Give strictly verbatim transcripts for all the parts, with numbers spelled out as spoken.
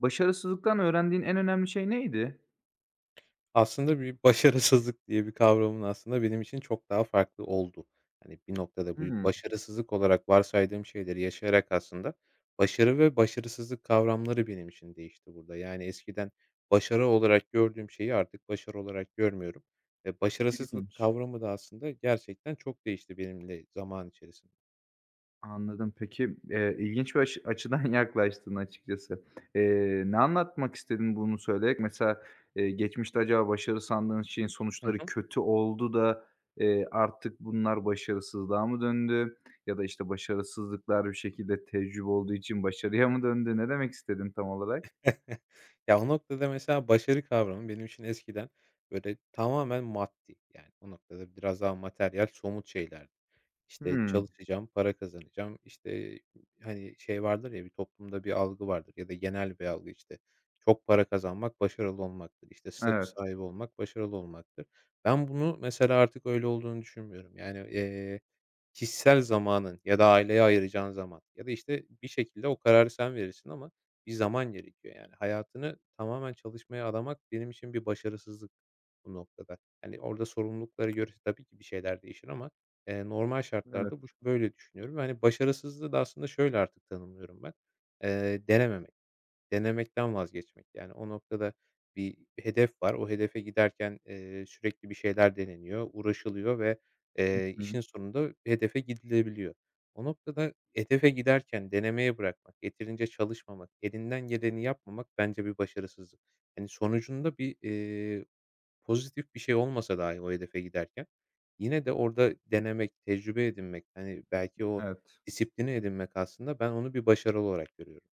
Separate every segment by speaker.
Speaker 1: Başarısızlıktan öğrendiğin en önemli şey neydi?
Speaker 2: Aslında bir başarısızlık diye bir kavramın aslında benim için çok daha farklı oldu. Hani bir noktada bu
Speaker 1: Hımm,
Speaker 2: başarısızlık olarak varsaydığım şeyleri yaşayarak aslında başarı ve başarısızlık kavramları benim için değişti burada. Yani eskiden başarı olarak gördüğüm şeyi artık başarı olarak görmüyorum ve başarısızlık
Speaker 1: ilginç.
Speaker 2: kavramı da aslında gerçekten çok değişti benimle zaman içerisinde.
Speaker 1: Anladım. Peki, eee, ilginç bir aşı açıdan yaklaştın açıkçası. Eee, ne anlatmak istedin bunu söyleyerek? Mesela, eee, geçmişte acaba başarı sandığın şeyin
Speaker 2: Hı
Speaker 1: sonuçları
Speaker 2: hı.
Speaker 1: kötü oldu da, eee, artık bunlar başarısızlığa mı döndü? Ya da, işte, başarısızlıklar bir şekilde tecrübe olduğu için başarıya mı döndü? Ne demek istedin tam olarak?
Speaker 2: Ya, o noktada mesela başarı kavramı benim için eskiden böyle tamamen maddi, yani o noktada biraz daha materyal, somut şeylerdi. İşte,
Speaker 1: Hımm.
Speaker 2: çalışacağım, para kazanacağım, İşte hani, şey vardır ya, bir toplumda bir algı vardır ya da genel bir algı, işte, çok para kazanmak başarılı olmaktır, İşte statü
Speaker 1: Evet,
Speaker 2: sahibi olmak başarılı olmaktır. Ben bunu mesela artık öyle olduğunu düşünmüyorum. Yani, eee, kişisel zamanın ya da aileye ayıracağın zaman ya da, işte, bir şekilde o kararı sen verirsin ama bir zaman gerekiyor yani. Hayatını tamamen çalışmaya adamak benim için bir başarısızlık bu noktada. Hani, orada sorumluluklara göre tabii ki bir şeyler değişir ama, eee, normal
Speaker 1: evet.
Speaker 2: şartlarda bu böyle düşünüyorum ve, hani, başarısızlığı da aslında şöyle artık tanımlıyorum ben: Eee, denememek, denemekten vazgeçmek. Yani, o noktada bir hedef var. O hedefe giderken, eee, sürekli bir şeyler deneniyor, uğraşılıyor ve,
Speaker 1: Hı
Speaker 2: eee,
Speaker 1: hı.
Speaker 2: işin sonunda hedefe gidilebiliyor. O noktada hedefe giderken denemeye bırakmak, yeterince çalışmamak, elinden geleni yapmamak bence bir başarısızlık. Hani, sonucunda bir, pozitif bir şey olmasa dahi o hedefe giderken yine de orada denemek, tecrübe edinmek, hani, belki o
Speaker 1: Evet.
Speaker 2: disiplini edinmek aslında ben onu bir başarı olarak görüyorum.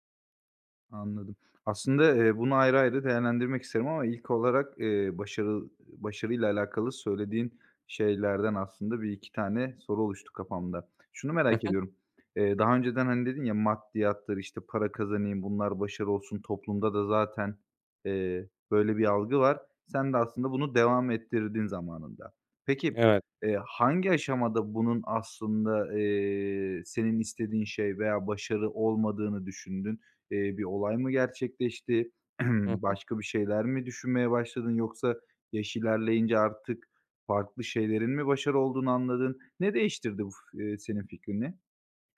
Speaker 1: Anladım. Aslında, eee, bunu ayrı ayrı değerlendirmek isterim ama ilk olarak, eee, başarı başarıyla alakalı söylediğin şeylerden aslında bir iki tane soru oluştu kafamda. Şunu
Speaker 2: Hı
Speaker 1: merak
Speaker 2: hı.
Speaker 1: ediyorum, eee, daha önceden, hani, dedin ya, maddiyattır, işte, para kazanayım, bunlar başarı olsun, toplumda da zaten, eee, böyle bir algı var. Sen de aslında bunu devam ettirdin zamanında. Peki,
Speaker 2: Evet.
Speaker 1: eee, hangi aşamada bunun aslında, eee, senin istediğin şey veya başarı olmadığını düşündün? Eee, bir olay mı gerçekleşti?
Speaker 2: Hı hı.
Speaker 1: Başka bir şeyler mi düşünmeye başladın yoksa yaş ilerleyince artık farklı şeylerin mi başarı olduğunu anladın? Ne değiştirdi bu f eee, senin fikrini?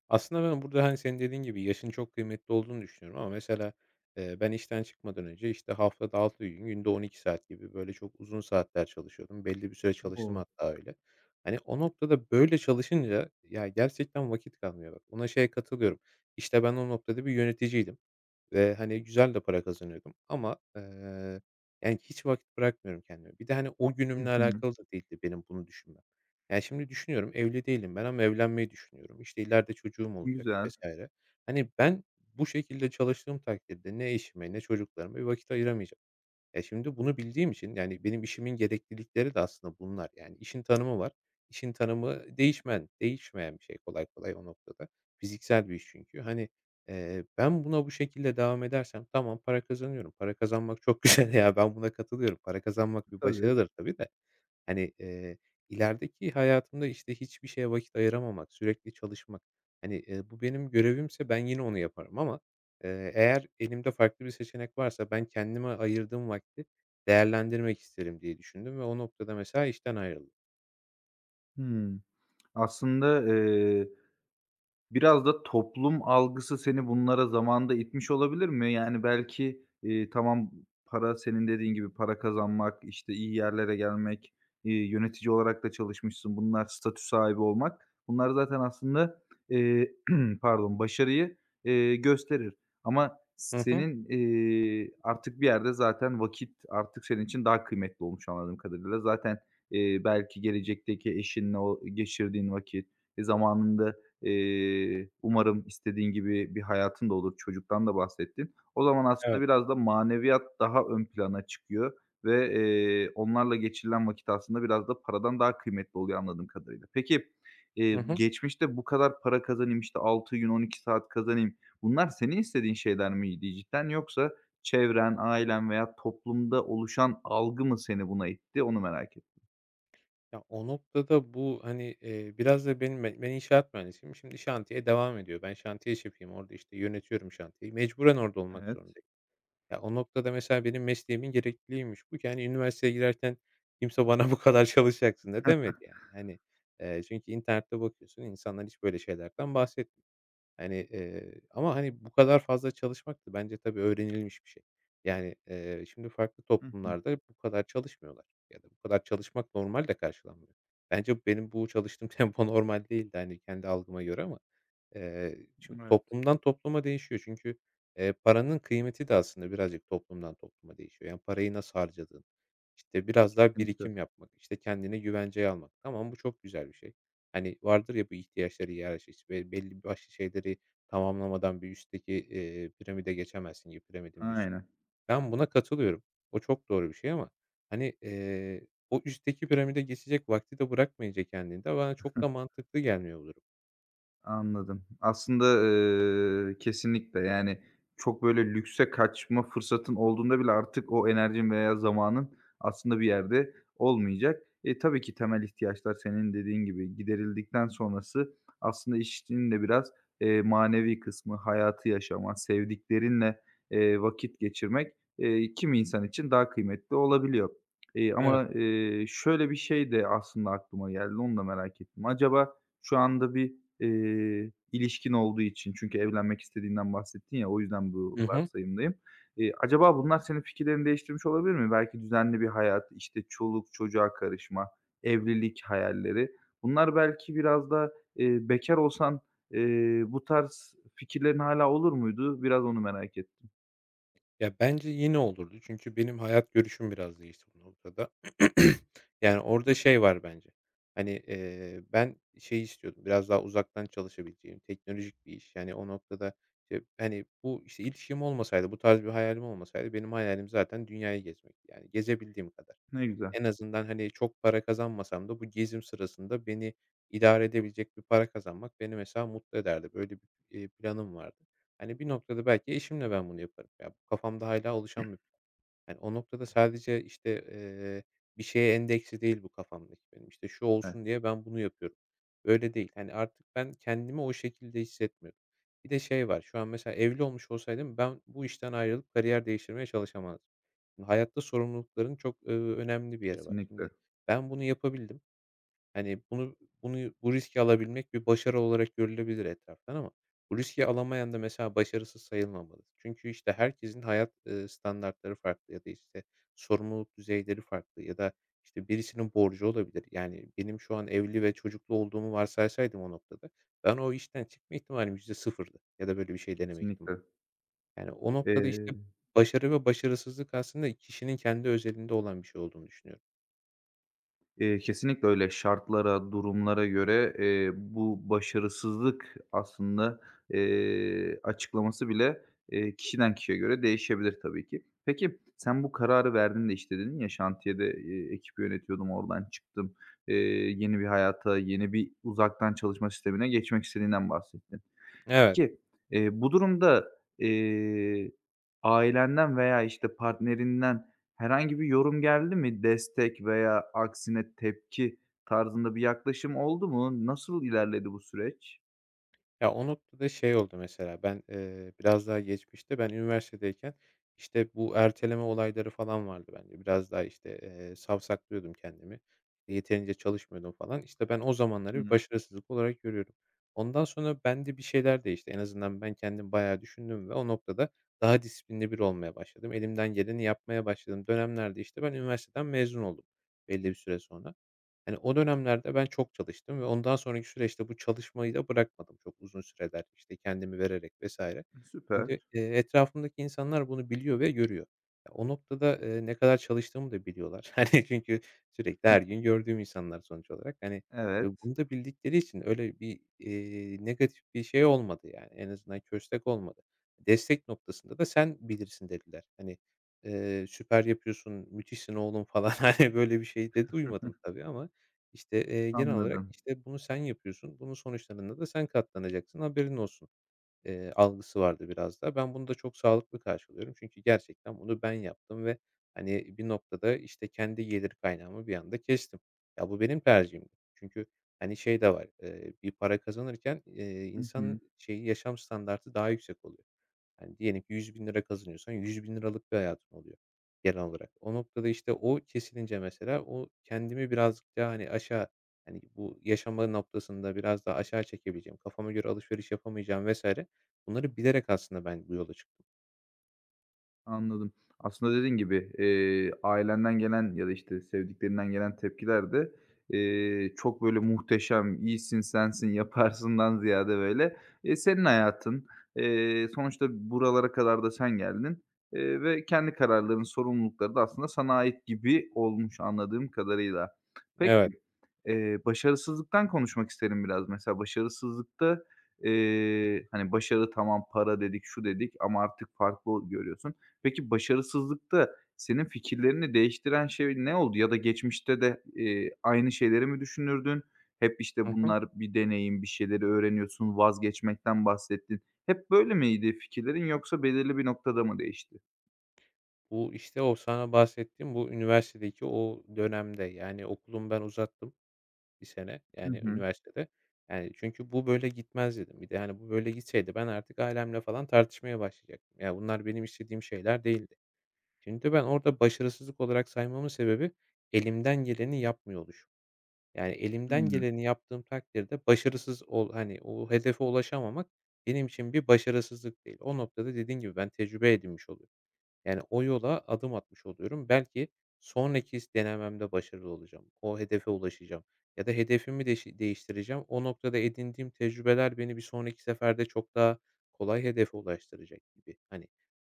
Speaker 2: Aslında ben burada, hani, senin dediğin gibi yaşın çok kıymetli olduğunu düşünüyorum ama mesela, eee, ben işten çıkmadan önce, işte, haftada altı gün, günde on iki saat gibi böyle çok uzun saatler çalışıyordum. Belli bir süre çalıştım
Speaker 1: Oo.
Speaker 2: hatta öyle. Hani, o noktada böyle çalışınca ya gerçekten vakit kalmıyor. Bak, ona şeye katılıyorum. İşte, ben o noktada bir yöneticiydim. Ve, hani, güzel de para kazanıyordum ama, eee, yani, hiç vakit bırakmıyorum kendime. Bir de, hani, o
Speaker 1: Hı
Speaker 2: günümle
Speaker 1: hı.
Speaker 2: alakalı da değildi benim bunu düşünmem. Yani, şimdi düşünüyorum, evli değilim ben ama evlenmeyi düşünüyorum. İşte, ileride çocuğum olacak
Speaker 1: Güzel.
Speaker 2: vesaire. Hani, ben bu şekilde çalıştığım takdirde ne eşime ne çocuklarıma bir vakit ayıramayacağım. E, şimdi bunu bildiğim için, yani, benim işimin gereklilikleri de aslında bunlar. Yani, işin tanımı var. İşin tanımı değişmen değişmeyen bir şey kolay kolay o noktada. Fiziksel bir iş çünkü. Hani, eee, ben buna bu şekilde devam edersem tamam para kazanıyorum. Para kazanmak çok güzel ya, ben buna katılıyorum. Para kazanmak bir
Speaker 1: Tabii.
Speaker 2: başarıdır tabii de. Hani, eee, ilerideki hayatımda, işte, hiçbir şeye vakit ayıramamak, sürekli çalışmak, hani, eee, bu benim görevimse ben yine onu yaparım ama, eee, eğer elimde farklı bir seçenek varsa ben kendime ayırdığım vakti değerlendirmek isterim diye düşündüm ve o noktada mesela işten ayrıldım.
Speaker 1: Hımm. Aslında, Biraz da toplum algısı seni bunlara zamanında itmiş olabilir mi? Yani belki, eee, tamam, para senin dediğin gibi para kazanmak, işte, iyi yerlere gelmek, iii, yönetici olarak da çalışmışsın. Bunlar statü sahibi olmak. Bunlar zaten aslında, eee, pardon, başarıyı, eee, gösterir ama
Speaker 2: Hı hı.
Speaker 1: senin, eee, artık bir yerde zaten vakit artık senin için daha kıymetli olmuş anladığım kadarıyla. Zaten, eee, belki gelecekteki eşinle o geçirdiğin vakit, e, zamanında Eee, umarım istediğin gibi bir hayatın da olur. Çocuktan da bahsettin. O zaman
Speaker 2: Evet.
Speaker 1: aslında biraz da maneviyat daha ön plana çıkıyor ve, eee, onlarla geçirilen vakit aslında biraz da paradan daha kıymetli oluyor anladığım kadarıyla. Peki, eee,
Speaker 2: Hı hı.
Speaker 1: geçmişte bu kadar para kazanayım, işte altı gün, on iki saat kazanayım, bunlar senin istediğin şeyler miydi cidden yoksa çevren, ailen veya toplumda oluşan algı mı seni buna itti? Onu merak ettim.
Speaker 2: Ya, o noktada bu, hani, eee, biraz da benim ben ben inşaat mühendisiyim. Şimdi şantiye devam ediyor. Ben şantiye şefiyim. Orada, işte, yönetiyorum şantiyeyi. Mecburen orada olmak
Speaker 1: Evet.
Speaker 2: zorundayım. Ya, o noktada mesela benim mesleğimin gerekliliğiymiş bu ki, hani, üniversiteye girerken kimse bana bu kadar çalışacaksın da demedi yani. Hani, eee, çünkü internette bakıyorsun, insanlar hiç böyle şeylerden bahsetmiyor. Hani, eee, ama, hani, bu kadar fazla çalışmak da bence tabii öğrenilmiş bir şey. Yani, eee, şimdi farklı
Speaker 1: Hı hı.
Speaker 2: toplumlarda bu kadar çalışmıyorlar ya da bu kadar çalışmak normal de karşılanmıyor. Bence benim bu çalıştığım tempo normal değildi, hani, kendi algıma göre ama, eee, çünkü
Speaker 1: Evet.
Speaker 2: toplumdan topluma değişiyor. Çünkü, eee, paranın kıymeti de aslında birazcık toplumdan topluma değişiyor. Yani, parayı nasıl harcadığın, işte, biraz daha
Speaker 1: Kesinlikle.
Speaker 2: birikim yapmak, işte, kendine güvenceye almak. Tamam, bu çok güzel bir şey. Hani, vardır ya bu ihtiyaçları hiyerarşisi ve belli başlı şeyleri tamamlamadan bir üstteki, eee, piramide geçemezsin gibi piramidin bir üst.
Speaker 1: Aynen.
Speaker 2: Ben buna katılıyorum. O çok doğru bir şey ama, hani, eee, o üstteki piramide geçecek vakti de bırakmayacak kendinde bana çok da mantıklı gelmiyor bu durum.
Speaker 1: Anladım. Aslında, eee, kesinlikle, yani, çok böyle lükse kaçma fırsatın olduğunda bile artık o enerjin veya zamanın aslında bir yerde olmayacak. E, tabii ki temel ihtiyaçlar senin dediğin gibi giderildikten sonrası aslında işin de biraz, eee, manevi kısmı, hayatı yaşama, sevdiklerinle, eee, vakit geçirmek, eee, kimi insan için daha kıymetli olabiliyor. Eee,
Speaker 2: Evet.
Speaker 1: ama, eee, şöyle bir şey de aslında aklıma geldi, onu da merak ettim. Acaba, şu anda bir, eee, ilişkin olduğu için çünkü evlenmek istediğinden bahsettin ya, o yüzden bu
Speaker 2: Hı hı.
Speaker 1: varsayımdayım. Eee, acaba bunlar senin fikirlerini değiştirmiş olabilir mi? Belki düzenli bir hayat, işte, çoluk çocuğa karışma, evlilik hayalleri. Bunlar belki biraz da, eee, bekâr olsan, eee, bu tarz fikirlerin hala olur muydu? Biraz onu merak ettim.
Speaker 2: Ya, bence yine olurdu çünkü benim hayat görüşüm biraz değişti bu noktada. Yani, orada şey var bence, hani, eee, ben şey istiyordum, biraz daha uzaktan çalışabileceğim, teknolojik bir iş. Yani, o noktada, işte, hani, bu, işte, ilişkim olmasaydı, bu tarz bir hayalim olmasaydı benim hayalim zaten dünyayı gezmek. Yani, gezebildiğim kadar.
Speaker 1: Ne güzel.
Speaker 2: En azından, hani, çok para kazanmasam da bu gezim sırasında beni idare edebilecek bir para kazanmak beni mesela mutlu ederdi. Böyle bir, eee, planım vardı. Hani, bir noktada belki eşimle ben bunu yaparım. Ya, bu kafamda hala oluşan bir plan. Hani, o noktada sadece, işte, eee, bir şeye endeksli değil bu kafamdaki benim. İşte, şu
Speaker 1: Evet,
Speaker 2: olsun diye ben bunu yapıyorum. Öyle değil. Hani, artık ben kendimi o şekilde hissetmiyorum. Bir de şey var, şu an mesela evli olmuş olsaydım ben bu işten ayrılıp kariyer değiştirmeye çalışamazdım. Hayatta sorumlulukların çok, ııı, önemli bir yeri var. Şimdi
Speaker 1: kesinlikle,
Speaker 2: ben bunu yapabildim. Hani, bunu bunu bu riski alabilmek bir başarı olarak görülebilir etraftan ama bu riski alamayan da mesela başarısız sayılmamalı. Çünkü, işte, herkesin hayat, ııı, standartları farklı ya da, işte, sorumluluk düzeyleri farklı ya da, işte, birisinin borcu olabilir. Yani, benim şu an evli ve çocuklu olduğumu varsaysaydım o noktada ben o işten çıkma ihtimalim yüzde sıfırdı ya da böyle bir şey deneme ihtimali.
Speaker 1: kesinlikle.
Speaker 2: Yani, o noktada, işte,
Speaker 1: Eee
Speaker 2: başarı ve başarısızlık aslında kişinin kendi özelinde olan bir şey olduğunu düşünüyorum.
Speaker 1: Eee, kesinlikle öyle. Şartlara, durumlara göre, eee, bu başarısızlık aslında, eee, açıklaması bile, eee, kişiden kişiye göre değişebilir tabii ki. Peki, sen bu kararı verdiğinde, işte, dedin ya, şantiyede, eee, ekip yönetiyordum, oradan çıktım, eee, yeni bir hayata, yeni bir uzaktan çalışma sistemine geçmek istediğinden bahsettin.
Speaker 2: Evet.
Speaker 1: Ki, eee, bu durumda, eee, ailenden veya, işte, partnerinden herhangi bir yorum geldi mi? Destek veya aksine tepki tarzında bir yaklaşım oldu mu? Nasıl ilerledi bu süreç?
Speaker 2: Ya, o noktada şey oldu mesela, ben, eee, biraz daha geçmişte ben üniversitedeyken, işte, bu erteleme olayları falan vardı bence. Biraz daha, işte, eee, savsaklıyordum kendimi. Yeterince çalışmıyordum falan. İşte, ben o
Speaker 1: Hı
Speaker 2: zamanları bir
Speaker 1: hı.
Speaker 2: başarısızlık olarak görüyorum. Ondan sonra bende bir şeyler değişti. En azından ben kendim bayağı düşündüm ve o noktada daha disiplinli bir olmaya başladım. Elimden geleni yapmaya başladım dönemlerde, işte, ben üniversiteden mezun oldum belli bir süre sonra. Hani, o dönemlerde ben çok çalıştım ve ondan sonraki süreçte bu çalışmayı da bırakmadım çok uzun süreler, işte, kendimi vererek vesaire.
Speaker 1: Süper.
Speaker 2: Şimdi, eee, etrafımdaki insanlar bunu biliyor ve görüyor. Ya, o noktada, eee, ne kadar çalıştığımı da biliyorlar. Hani, çünkü sürekli her gün gördüğüm insanlar sonuç olarak. Hani, eee,
Speaker 1: Evet,
Speaker 2: bunu da bildikleri için öyle bir, eee, negatif bir şey olmadı yani. En azından köstek olmadı. Destek noktasında da "Sen bilirsin." dediler. Hani, eee, "Süper yapıyorsun, müthişsin oğlum." falan, hani, böyle bir şey de duymadım tabii ama işte, eee, genel olarak,
Speaker 1: anladım.
Speaker 2: işte, bunu sen yapıyorsun, bunun sonuçlarında da sen katlanacaksın, haberin olsun, eee, algısı vardı biraz da. Ben bunu da çok sağlıklı karşılıyorum. Çünkü gerçekten bunu ben yaptım ve, hani, bir noktada, işte, kendi gelir kaynağımı bir anda kestim. Ya, bu benim tercihimdi. Çünkü, hani, şey de var, eee, bir para kazanırken, eee,
Speaker 1: Hı hı.
Speaker 2: insanın şeyi, yaşam standardı daha yüksek oluyor. Yani, diyelim ki ₺yüz bin kazanıyorsan yüz bin liralık bir hayatın oluyor genel olarak. O noktada, işte, o kesilince mesela o kendimi birazcık daha, hani, aşağı, hani, bu yaşama noktasında biraz daha aşağı çekebileceğim, kafama göre alışveriş yapamayacağım vesaire bunları bilerek aslında ben bu yola çıktım.
Speaker 1: Anladım. Aslında dediğin gibi, eee, ailenden gelen ya da, işte, sevdiklerinden gelen tepkiler de, eee, çok böyle muhteşem, iyisin, sensin, yaparsından ziyade böyle, eee, senin hayatın. Eee, sonuçta buralara kadar da sen geldin, eee, ve kendi kararların, sorumlulukları da aslında sana ait gibi olmuş anladığım kadarıyla.
Speaker 2: Evet.
Speaker 1: Peki, eee, başarısızlıktan konuşmak isterim biraz. Mesela başarısızlıkta, eee, hani, başarı tamam, para dedik, şu dedik ama artık farklı görüyorsun. Peki başarısızlıkta senin fikirlerini değiştiren şey ne oldu ya da geçmişte de, eee, aynı şeyleri mi düşünürdün? Hep, işte,
Speaker 2: Hı hı.
Speaker 1: bunlar bir deneyim, bir şeyleri öğreniyorsun, vazgeçmekten bahsettin. Hep böyle miydi fikirlerin yoksa belirli bir noktada mı değişti?
Speaker 2: Bu, işte, o sana bahsettiğim bu üniversitedeki o dönemde, yani, okulumu ben uzattım bir sene,
Speaker 1: Hı
Speaker 2: yani,
Speaker 1: hı.
Speaker 2: üniversitede. Yani, çünkü bu böyle gitmez dedim. Bir de, hani, bu böyle gitseydi ben artık ailemle falan tartışmaya başlayacaktım. Ya, bunlar benim istediğim şeyler değildi. Şimdi ben orada başarısızlık olarak saymamın sebebi elimden geleni yapmıyor oluşum. Yani, elimden
Speaker 1: Hıı.
Speaker 2: geleni yaptığım takdirde başarısız ol hani, o hedefe ulaşamamak benim için bir başarısızlık değil. O noktada dediğin gibi ben tecrübe edinmiş oluyorum. Yani o yola adım atmış oluyorum. Belki sonraki denememde başarılı olacağım. O hedefe ulaşacağım ya da hedefimi de değiştireceğim. O noktada edindiğim tecrübeler beni bir sonraki seferde çok daha kolay hedefe ulaştıracak gibi. Hani,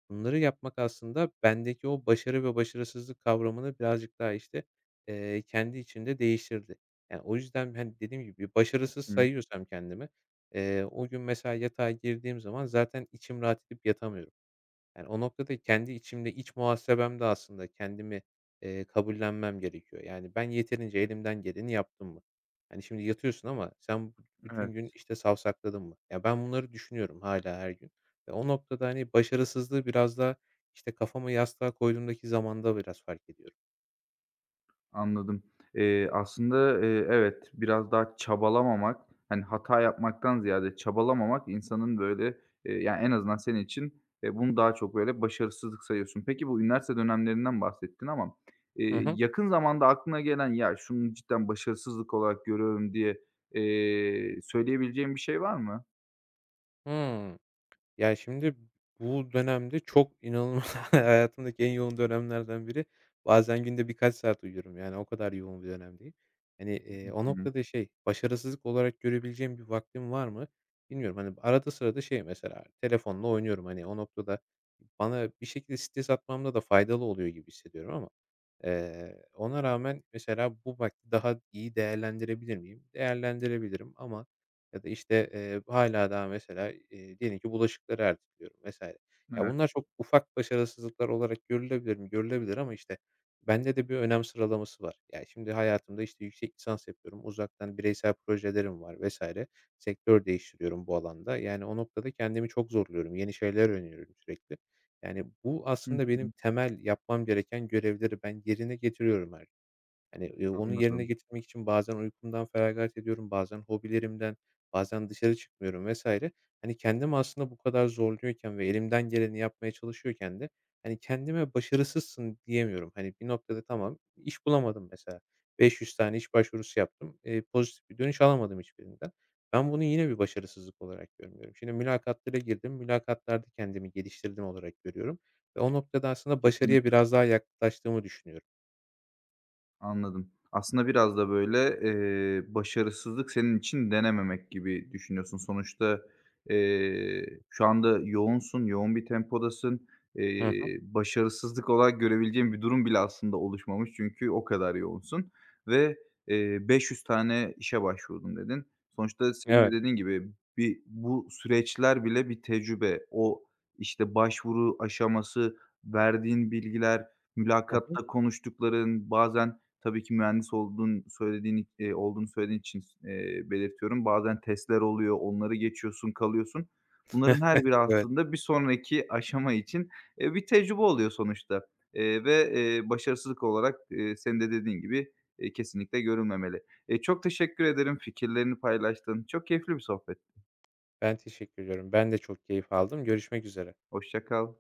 Speaker 2: bunları yapmak aslında bendeki o başarı ve başarısızlık kavramını birazcık daha, işte, eee, kendi içinde değiştirdi. Yani, o yüzden, hani, dediğim gibi başarısız
Speaker 1: Hı.
Speaker 2: sayıyorsam kendimi, eee, o gün mesela yatağa girdiğim zaman zaten içim rahat edip yatamıyorum. Yani, o noktada kendi içimde, iç muhasebemde aslında kendimi, eee, kabullenmem gerekiyor. Yani, ben yeterince elimden geleni yaptım mı? Yani şimdi yatıyorsun ama sen b
Speaker 1: Evet.
Speaker 2: bütün gün, işte, savsakladın mı? Ya, ben bunları düşünüyorum hala her gün ve o noktada, hani, başarısızlığı biraz da, işte, kafamı yastığa koyduğumdaki zamanda biraz fark ediyorum.
Speaker 1: Anladım. Eee, aslında, eee, evet, biraz daha çabalamamak, hani, hata yapmaktan ziyade çabalamamak insanın, böyle, eee, yani, en azından senin için, eee, bunu daha çok, böyle, başarısızlık sayıyorsun. Peki, bu üniversite dönemlerinden bahsettin ama,
Speaker 2: Hı
Speaker 1: eee,
Speaker 2: hı.
Speaker 1: yakın zamanda aklına gelen, "Ya, şunu cidden başarısızlık olarak görüyorum." diye, eee, söyleyebileceğin bir şey var mı?
Speaker 2: Hıı. Yani şimdi bu dönemde çok inanılmaz hayatımdaki en yoğun dönemlerden biri. Bazen günde birkaç saat uyuyorum, yani, o kadar yoğun bir dönemdeyim. Hani, eee, o
Speaker 1: Hı hı.
Speaker 2: noktada şey, başarısızlık olarak görebileceğim bir vaktim var mı bilmiyorum. Hani, arada sırada şey mesela, telefonla oynuyorum. Hani, o noktada bana bir şekilde stres atmamda da faydalı oluyor gibi hissediyorum ama, eee, ona rağmen mesela bu vakti daha iyi değerlendirebilir miyim? Değerlendirebilirim ama ya da, işte, eee, hâlâ daha mesela, eee, diyelim ki bulaşıkları erteliyorum vesaire. Ya,
Speaker 1: Evet.
Speaker 2: bunlar çok ufak başarısızlıklar olarak görülebilir mi? Görülebilir ama, işte, bende de bir önem sıralaması var. Yani, şimdi hayatımda, işte, yüksek lisans yapıyorum, uzaktan bireysel projelerim var vesaire. Sektör değiştiriyorum bu alanda. Yani, o noktada kendimi çok zorluyorum, yeni şeyler öğreniyorum sürekli. Yani, bu
Speaker 1: Hı
Speaker 2: aslında benim
Speaker 1: hı.
Speaker 2: temel yapmam gereken görevleri ben yerine getiriyorum her. Hani, eee, onu yerine
Speaker 1: Anladım.
Speaker 2: getirmek için bazen uykumdan feragat ediyorum, bazen hobilerimden, bazen dışarı çıkmıyorum vesaire. Hani, kendimi aslında bu kadar zorluyorken ve elimden geleni yapmaya çalışıyorken de, hani, kendime başarısızsın diyemiyorum. Hani, bir noktada tamam, iş bulamadım mesela. beş yüz tane iş başvurusu yaptım. Eee, pozitif bir dönüş alamadım hiçbirinden. Ben bunu yine bir başarısızlık olarak görmüyorum. Şimdi mülakatlara girdim, mülakatlarda kendimi geliştirdim olarak görüyorum ve o noktada aslında başarıya
Speaker 1: Kesinlikle.
Speaker 2: biraz daha yaklaştığımı düşünüyorum.
Speaker 1: Anladım. Aslında biraz da böyle, eee, başarısızlık senin için denememek gibi düşünüyorsun. Sonuçta, eee, şu anda yoğunsun, yoğun bir tempodasın.
Speaker 2: Hı hı.
Speaker 1: Eee, başarısızlık olarak görebileceğin bir durum bile aslında oluşmamış çünkü o kadar yoğunsun ve, eee, beş yüz tane işe başvurdum dedin. Sonuçta senin de
Speaker 2: Evet.
Speaker 1: dediğin gibi bir bu süreçler bile bir tecrübe. O, işte, başvuru aşaması, verdiğin bilgiler,
Speaker 2: Hı hı.
Speaker 1: mülakatta konuştukların, bazen Tabii ki mühendis olduğun söylediğin, eee, olduğunu söylediğin için s belirtiyorum. Bazen testler oluyor, onları geçiyorsun, kalıyorsun. Bunların her biri
Speaker 2: Evet,
Speaker 1: aslında bir sonraki aşama için, eee, bir tecrübe oluyor sonuçta, eee, ve, eee, başarısızlık olarak, eee, senin de dediğin gibi, eee, kesinlikle görülmemeli. Eee, çok teşekkür ederim fikirlerini paylaştın. Çok keyifli bir sohbet.
Speaker 2: ben teşekkür ediyorum. Ben de çok keyif aldım. Görüşmek üzere.
Speaker 1: Hoşça kal.